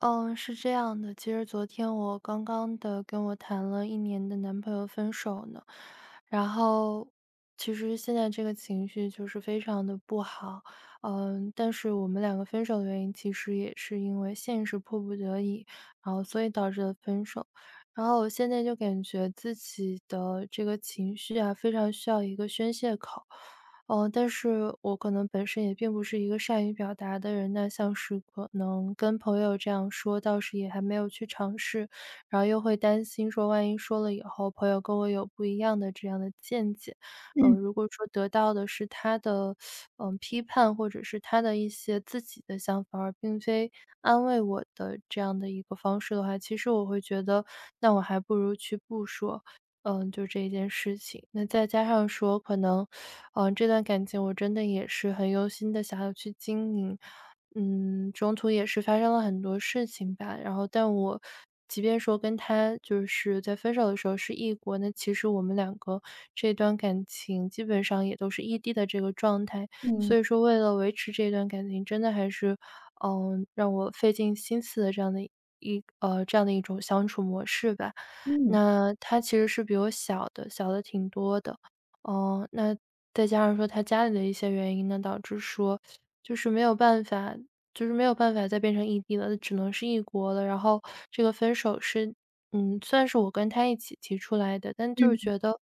嗯，是这样的，其实昨天我刚刚的跟我谈了一年的男朋友分手呢，然后其实现在这个情绪就是非常的不好。但是我们两个分手的原因其实也是因为现实迫不得已，然后所以导致的分手。然后我现在就感觉自己的这个情绪啊，非常需要一个宣泄口。但是我可能本身也并不是一个善于表达的人，那像是可能跟朋友这样说，倒是也还没有去尝试，然后又会担心说，万一说了以后，朋友跟我有不一样的这样的见解。嗯如果说得到的是他的，批判或者是他的一些自己的想法，而并非安慰我的这样的一个方式的话，其实我会觉得，那我还不如去不说。就这一件事情。那再加上说可能，这段感情我真的也是很用心的想要去经营。中途也是发生了很多事情吧。然后但我即便说跟他就是在分手的时候是异国，那其实我们两个这段感情基本上也都是异地的这个状态。嗯所以说为了维持这段感情，真的还是，让我费尽心思的这样的这样的一种相处模式吧。嗯那他其实是比我小的，小的挺多的。哦，那再加上说他家里的一些原因呢，导致说就是没有办法，就是没有办法再变成异地了，只能是异国了。然后这个分手是，算是我跟他一起提出来的，但就是嗯，觉得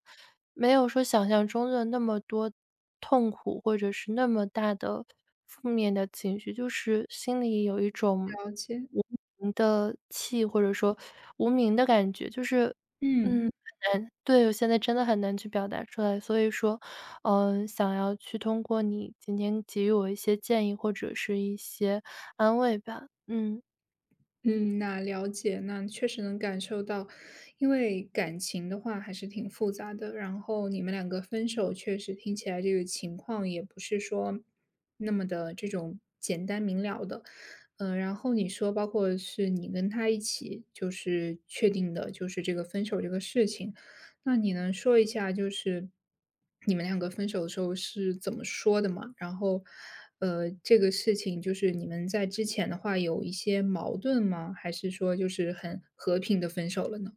没有说想象中的那么多痛苦，或者是那么大的负面的情绪，就是心里有一种了解，无名的气，或者说无名的感觉，就是，嗯嗯，嗯。很难。对，我现在真的很难去表达出来。所以说，想要去通过你今天给予我一些建议，或者是一些安慰吧，嗯。了解，那确实能感受到，因为感情的话还是挺复杂的。然后你们两个分手，确实听起来这个情况也不是说那么的这种简单明了的。嗯，然后你说，包括是你跟他一起就是确定的，就是这个分手这个事情。那你能说一下，就是你们两个分手的时候是怎么说的吗？然后，这个事情就是你们在之前的话有一些矛盾吗？还是说就是很和平的分手了呢？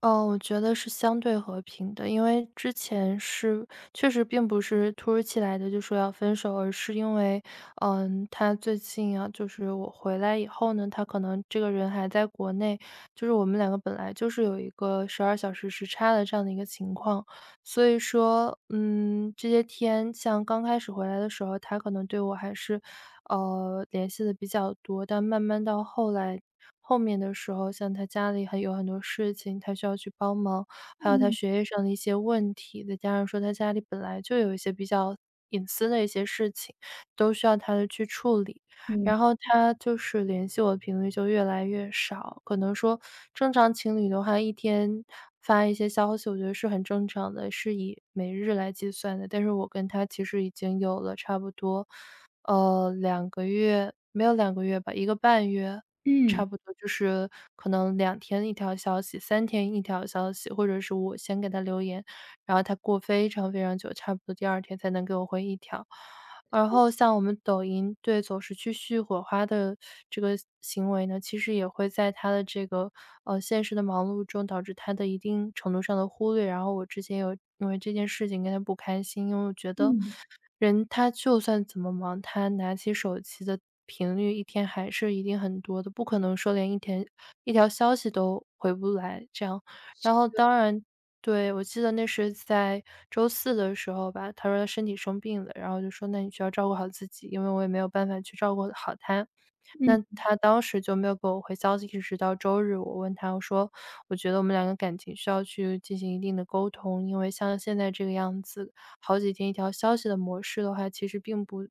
哦，我觉得是相对和平的，因为之前是确实并不是突如其来的就说要分手，而是因为，他最近啊，就是我回来以后呢，他可能这个人还在国内，就是我们两个本来就是有一个12小时时差的这样的一个情况。所以说，这些天像刚开始回来的时候，他可能对我还是联系的比较多。但慢慢到后来后面的时候，像他家里还有很多事情，他需要去帮忙，还有他嗯学业上的一些问题，再加上说他家里本来就有一些比较隐私的一些事情，都需要他的去处理。嗯然后他就是联系我的频率就越来越少，可能说正常情侣的话，一天发一些消息，我觉得是很正常的，是以每日来计算的。但是我跟他其实已经有了差不多两个月，没有两个月吧，1个半月，嗯差不多就是可能2天一条消息，3天一条消息，或者是我先给他留言，然后他过非常非常久，差不多第2天才能给我回一条。然后像我们抖音，对，总是去续火花的这个行为呢，其实也会在他的这个，现实的忙碌中导致他的一定程度上的忽略。然后我之前有因为这件事情跟他不开心，因为我觉得嗯人他就算怎么忙，他拿起手机的频率一天还是一定很多的，不可能说连一天一条消息都回不来这样。然后当然，对，我记得那是在周四的时候吧，他说他身体生病了，然后就说那你需要照顾好自己，因为我也没有办法去照顾好他。嗯那他当时就没有给我回消息，一直到周日，我问他，我说："我觉得我们两个感情需要去进行一定的沟通，因为像现在这个样子，好几天一条消息的模式的话，其实并不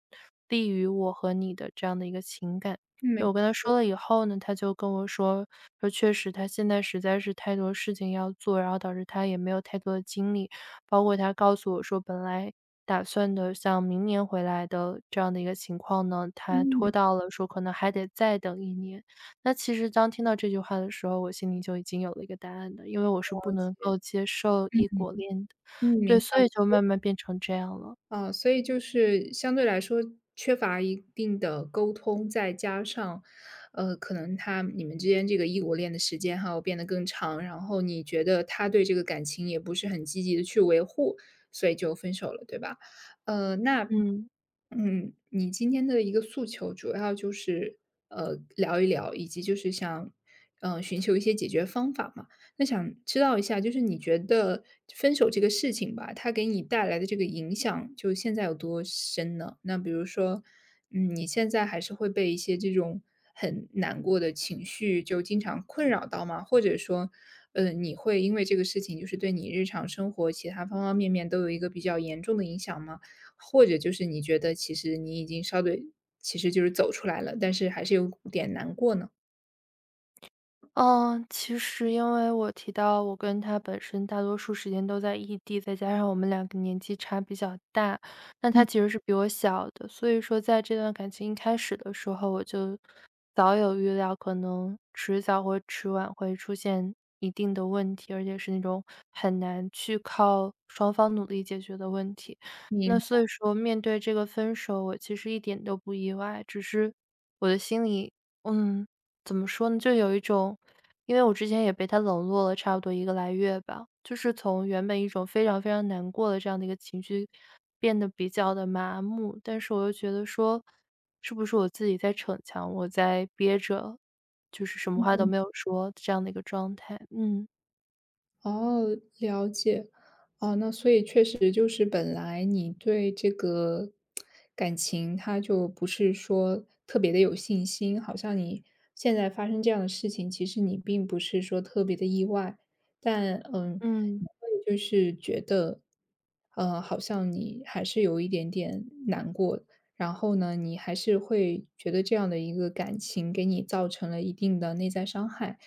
利于我和你的这样的一个情感。"嗯，没就我跟他说了以后呢，他就跟我说，说确实他现在实在是太多事情要做，然后导致他也没有太多的精力。包括他告诉我说，本来打算的像明年回来的这样的一个情况呢，他拖嗯，到了说可能还得再等一年。那其实当听到这句话的时候，我心里就已经有了一个答案的，因为我是不了能解，够接受异国恋的。嗯，明对，所以就白。慢慢变成这样了，哦，所以就是相对来说缺乏一定的沟通，再加上，可能你们之间这个异国恋的时间还要变得更长，然后你觉得他对这个感情也不是很积极的去维护，所以就分手了，对吧？呃，那，嗯。嗯，你今天的一个诉求主要就是聊一聊，以及就是想，嗯、寻求一些解决方法嘛。那想知道一下，就是你觉得分手这个事情吧，它给你带来的这个影响，就现在有多深呢？那比如说，嗯，你现在还是会被一些这种很难过的情绪就经常困扰到吗？或者说，你会因为这个事情，就是对你日常生活其他方方面面都有一个比较严重的影响吗？或者就是你觉得其实你已经其实就是走出来了，但是还是有点难过呢？嗯，其实因为我提到我跟他本身大多数时间都在异地，再加上我们两个年纪差比较大，那他其实是比我小的。所以说在这段感情一开始的时候，我就早有预料，可能迟早或迟晚会出现一定的问题，而且是那种很难去靠双方努力解决的问题。你那所以说，面对这个分手，我其实一点都不意外，只是我的心里，嗯，怎么说呢，就有一种，因为我之前也被他冷落了差不多一个来月吧，就是从原本一种非常非常难过的这样的一个情绪，变得比较的麻木。但是我又觉得说，是不是我自己在逞强，我在憋着，就是什么话都没有说这样的一个状态。嗯。哦，了解。哦，那所以确实就是本来你对这个感情，他就不是说特别的有信心，好像你现在发生这样的事情，其实你并不是说特别的意外，但，嗯，嗯。你会就是觉得，好像你还是有一点点难过，然后呢，你还是会觉得这样的一个感情给你造成了一定的内在伤害。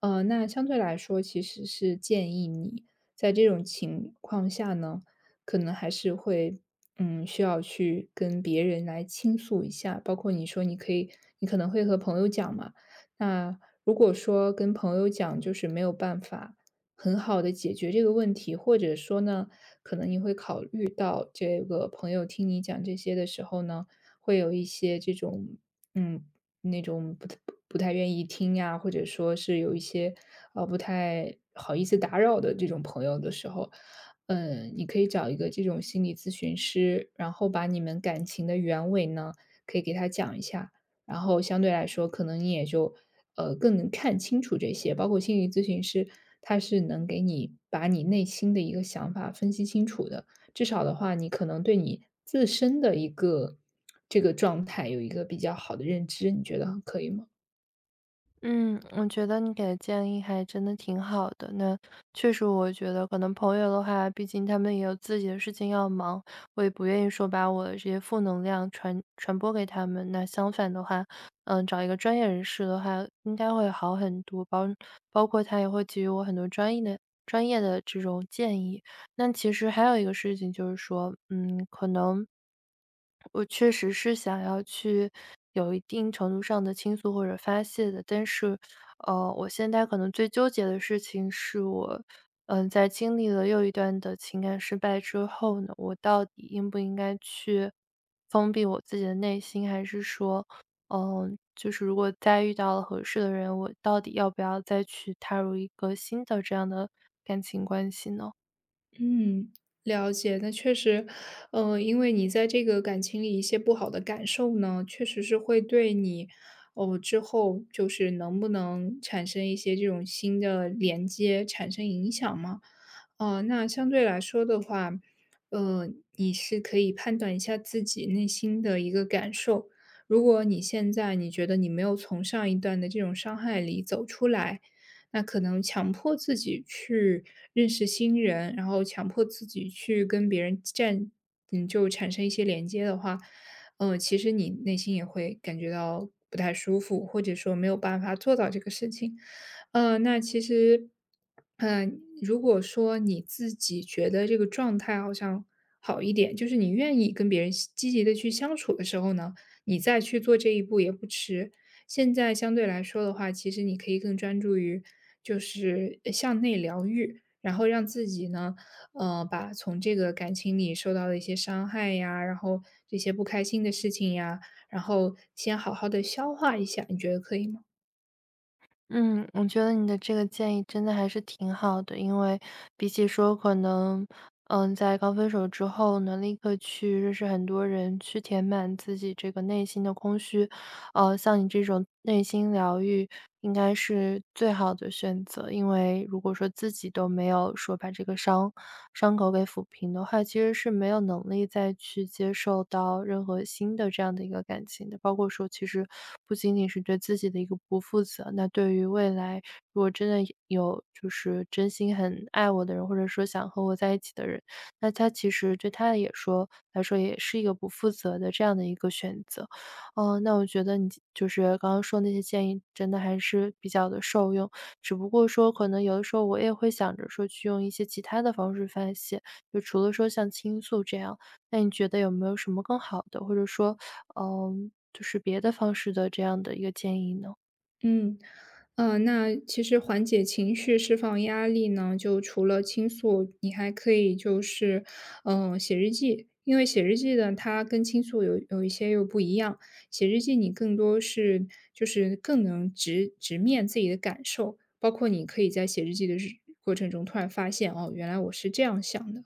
那相对来说，其实是建议你在这种情况下呢，可能还是会，嗯，需要去跟别人来倾诉一下。包括你说你可以，你可能会和朋友讲嘛。那如果说跟朋友讲，就是没有办法很好的解决这个问题，或者说呢，可能你会考虑到这个朋友听你讲这些的时候呢，会有一些这种，嗯，那种不太愿意听呀，或者说是有一些，不太好意思打扰的这种朋友的时候，嗯，你可以找一个这种心理咨询师，然后把你们感情的原委呢，可以给他讲一下，然后相对来说，可能你也就，更能看清楚这些。包括心理咨询师，他是能给你把你内心的一个想法分析清楚的，至少的话，你可能对你自身的一个这个状态有一个比较好的认知，你觉得可以吗？嗯，我觉得你给的建议还真的挺好的。那确实，我觉得可能朋友的话，毕竟他们也有自己的事情要忙，我也不愿意说把我的这些负能量传播给他们。那相反的话，找一个专业人士的话，应该会好很多，包括他也会给予我很多专业的这种建议。那其实还有一个事情就是说，可能我确实是想要去有一定程度上的倾诉或者发泄的。但是，我现在可能最纠结的事情是我，在经历了又一段的情感失败之后呢，我到底应不应该去封闭我自己的内心。还是说，就是如果再遇到了合适的人，我到底要不要再去踏入一个新的这样的感情关系呢？嗯，了解。那确实，因为你在这个感情里一些不好的感受呢，确实是会对你，哦，之后就是能不能产生一些这种新的连接产生影响吗？那相对来说的话，你是可以判断一下自己内心的一个感受。如果你现在你觉得你没有从上一段的这种伤害里走出来，那可能强迫自己去认识新人，然后强迫自己去跟别人嗯，就产生一些连接的话，其实你内心也会感觉到不太舒服，或者说没有办法做到这个事情。嗯，那其实，嗯，如果说你自己觉得这个状态好像好一点，就是你愿意跟别人积极的去相处的时候呢，你再去做这一步也不迟。现在相对来说的话，其实你可以更专注于就是向内疗愈，然后让自己呢，把从这个感情里受到的一些伤害呀，然后这些不开心的事情呀，然后先好好的消化一下，你觉得可以吗？嗯，我觉得你的这个建议真的还是挺好的。因为比起说可能，在刚分手之后呢，立刻去认识很多人，去填满自己这个内心的空虚。像你这种内心疗愈应该是最好的选择。因为如果说自己都没有说把这个伤口给抚平的话，其实是没有能力再去接受到任何新的这样的一个感情的。包括说其实不仅仅是对自己的一个不负责，那对于未来如果真的有就是真心很爱我的人，或者说想和我在一起的人，那他其实对他也说来说也是一个不负责的这样的一个选择。哦，那我觉得你就是刚刚说那些建议真的还是比较的受用。只不过说可能有的时候我也会想着说去用一些其他的方式发泄，就除了说像倾诉这样，那你觉得有没有什么更好的，或者说，就是别的方式的这样的一个建议呢？嗯，那其实缓解情绪、释放压力呢，就除了倾诉，你还可以就是，嗯、写日记。因为写日记呢，它跟倾诉有一些又不一样。写日记你更多是就是更能直面自己的感受，包括你可以在写日记的过程中突然发现，哦，原来我是这样想的。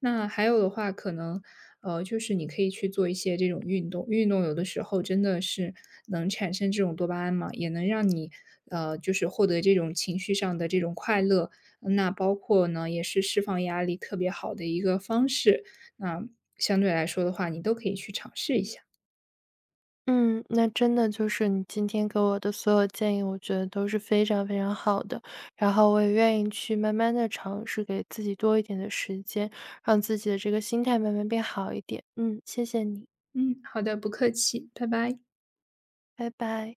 那还有的话，可能，就是你可以去做一些这种运动，运动有的时候真的是能产生这种多巴胺嘛，也能让你，就是获得这种情绪上的这种快乐。嗯那包括呢，也是释放压力特别好的一个方式。那相对来说的话，你都可以去尝试一下。嗯，那真的就是你今天给我的所有建议，我觉得都是非常非常好的。然后我也愿意去慢慢的尝试，给自己多一点的时间，让自己的这个心态慢慢变好一点。嗯，谢谢你，嗯，好的，不客气，拜拜。拜拜。